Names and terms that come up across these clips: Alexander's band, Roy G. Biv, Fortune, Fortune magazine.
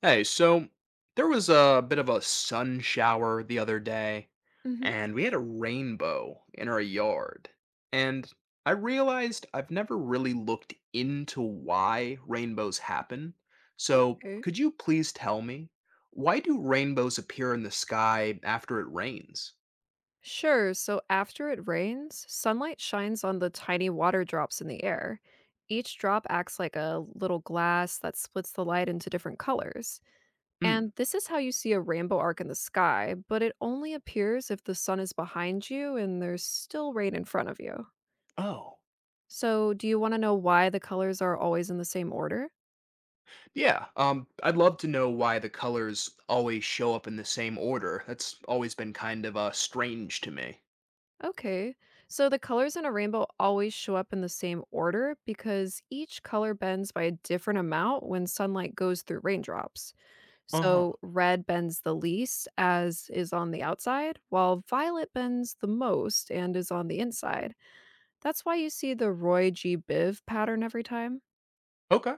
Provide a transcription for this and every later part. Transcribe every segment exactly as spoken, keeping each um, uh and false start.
Hey, so there was a bit of a sun shower the other day, Hmm. and we had a rainbow in our yard. And I realized I've never really looked into why rainbows happen. So, Okay. could you please tell me why do rainbows appear in the sky after it rains? Sure. So after it rains, sunlight shines on the tiny water drops in the air. Each drop acts like a little glass that splits the light into different colors. And Mm. this is how you see a rainbow arc in the sky, but it only appears if the sun is behind you and there's still rain in front of you. Oh. So, do you want to know why the colors are always in the same order? Yeah, um I'd love to know why the colors always show up in the same order. That's always been kind of uh strange to me. Okay. So the colors in a rainbow always show up in the same order because each color bends by a different amount when sunlight goes through raindrops. Uh-huh. So red bends the least, as is on the outside, while violet bends the most and is on the inside. That's why you see the Roy G Biv pattern every time. Okay.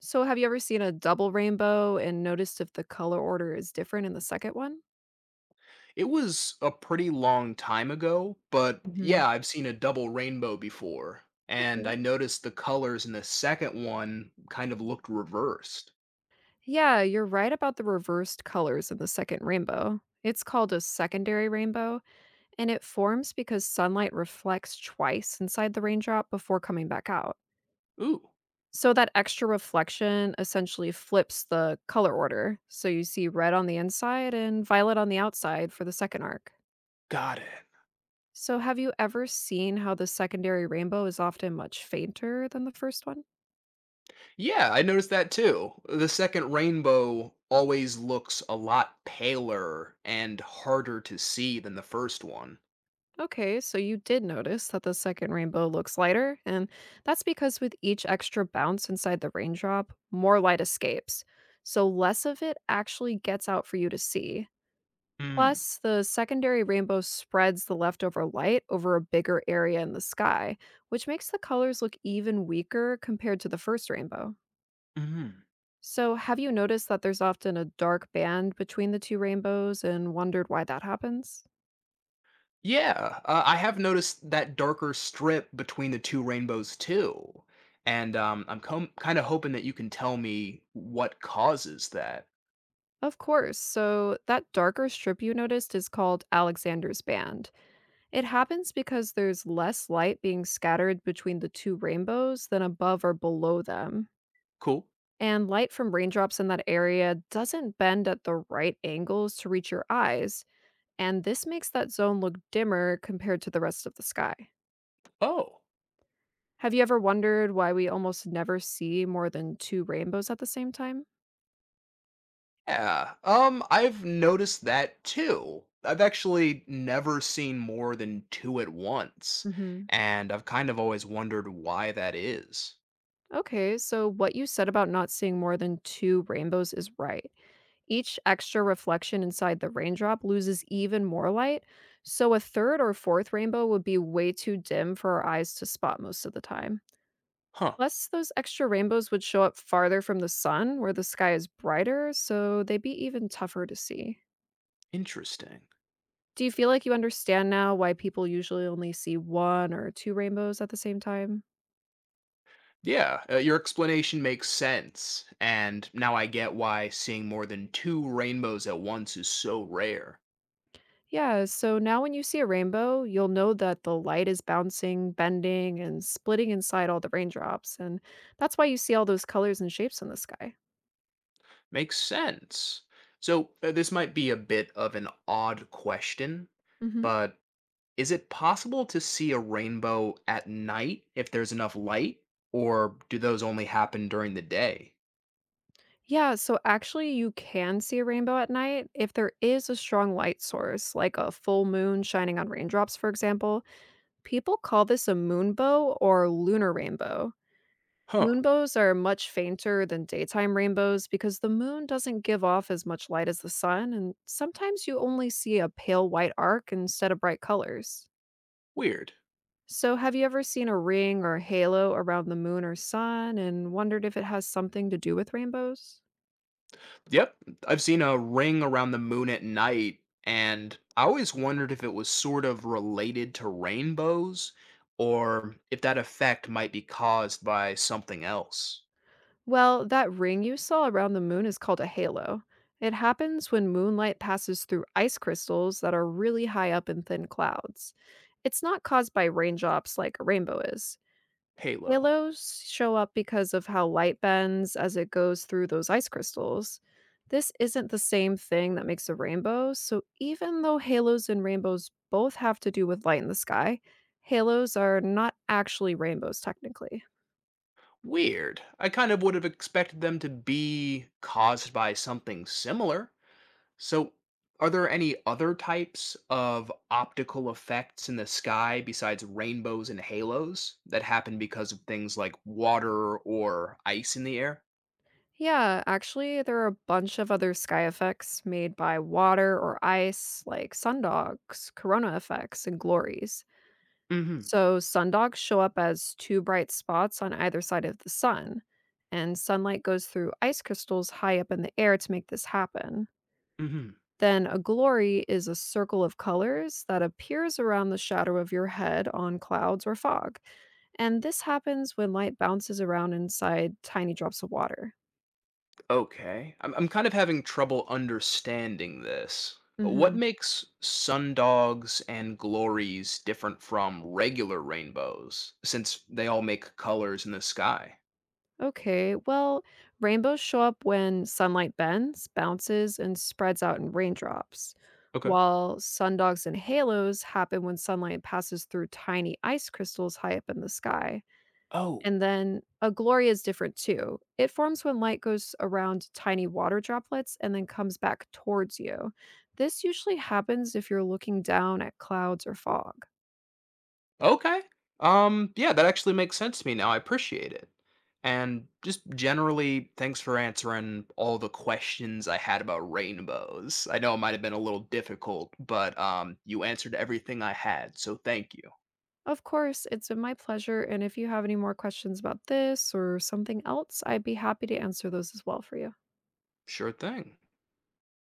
So, have you ever seen a double rainbow and noticed if the color order is different in the second one? It was a pretty long time ago, but Hmm. yeah, I've seen a double rainbow before, and Okay. I noticed the colors in the second one kind of looked reversed. Yeah, you're right about the reversed colors in the second rainbow. It's called a secondary rainbow, and it forms because sunlight reflects twice inside the raindrop before coming back out. Ooh, So, that extra reflection essentially flips the color order. So, you see red on the inside and violet on the outside for the second arc. got it. So, have you ever seen how the secondary rainbow is often much fainter than the first one? Yeah, I noticed that too. The second rainbow always looks a lot paler and harder to see than the first one. Okay, so you did notice that the second rainbow looks lighter, and that's because with each extra bounce inside the raindrop, more light escapes. So less of it actually gets out for you to see. Hmm. Plus, the secondary rainbow spreads the leftover light over a bigger area in the sky, which makes the colors look even weaker compared to the first rainbow. Mhm. So, have you noticed that there's often a dark band between the two rainbows and wondered why that happens? Yeah, uh, I have noticed that darker strip between the two rainbows too. And um, I'm com- kind of hoping that you can tell me what causes that. Of course. So, that darker strip you noticed is called Alexander's band. It happens because there's less light being scattered between the two rainbows than above or below them. Cool. And light from raindrops in that area doesn't bend at the right angles to reach your eyes, and this makes that zone look dimmer compared to the rest of the sky. Oh. Have you ever wondered why we almost never see more than two rainbows at the same time? Yeah, um, I've noticed that too. I've actually never seen more than two at once, Hmm. and I've kind of always wondered why that is. Okay, so what you said about not seeing more than two rainbows is right. Each extra reflection inside the raindrop loses even more light, so a third or fourth rainbow would be way too dim for our eyes to spot most of the time. Huh. Plus, those extra rainbows would show up farther from the sun where the sky is brighter, so they'd be even tougher to see. Interesting. Do you feel like you understand now why people usually only see one or two rainbows at the same time? Yeah, uh, your explanation makes sense, and now I get why seeing more than two rainbows at once is so rare. Yeah, so now when you see a rainbow, you'll know that the light is bouncing, bending, and splitting inside all the raindrops. And that's why you see all those colors and shapes in the sky. Makes sense. So, uh, this might be a bit of an odd question, Hmm. but is it possible to see a rainbow at night if there's enough light, or do those only happen during the day? Yeah, so actually, you can see a rainbow at night if there is a strong light source, like a full moon shining on raindrops, for example. People call this a moonbow or lunar rainbow. Huh, Moonbows are much fainter than daytime rainbows because the moon doesn't give off as much light as the sun, and sometimes you only see a pale white arc instead of bright colors. weird. So, have you ever seen a ring or halo around the moon or sun and wondered if it has something to do with rainbows? Yep, I've seen a ring around the moon at night, and I always wondered if it was sort of related to rainbows or if that effect might be caused by something else. Well, that ring you saw around the moon is called a halo. It happens when moonlight passes through ice crystals that are really high up in thin clouds. It's not caused by raindrops like a rainbow is. Halo. Halos show up because of how light bends as it goes through those ice crystals. This isn't the same thing that makes a rainbow, so even though halos and rainbows both have to do with light in the sky, halos are not actually rainbows technically. Weird. I kind of would have expected them to be caused by something similar. So, are there any other types of optical effects in the sky besides rainbows and halos that happen because of things like water or ice in the air? Yeah, actually, there are a bunch of other sky effects made by water or ice, like sundogs, corona effects, and glories. Mhm. So, sundogs show up as two bright spots on either side of the sun, and sunlight goes through ice crystals high up in the air to make this happen. Hmm. Then, a glory is a circle of colors that appears around the shadow of your head on clouds or fog. And this happens when light bounces around inside tiny drops of water. Okay. I'm, I'm kind of having trouble understanding this. What Hmm. makes sundogs and glories different from regular rainbows, since they all make colors in the sky? Okay, well, rainbows show up when sunlight bends, bounces, and spreads out in raindrops, Okay. while sundogs and halos happen when sunlight passes through tiny ice crystals high up in the sky. And Oh. then a glory is different too. It forms when light goes around tiny water droplets and then comes back towards you. This usually happens if you're looking down at clouds or fog. Okay. Um, yeah, that actually makes sense to me now. I appreciate it. And just generally, thanks for answering all the questions I had about rainbows. I know it might have been a little difficult, but um, you answered everything I had, so thank you. Of course, it's been my pleasure. And if you have any more questions about this or something else, I'd be happy to answer those as well for you. Sure thing.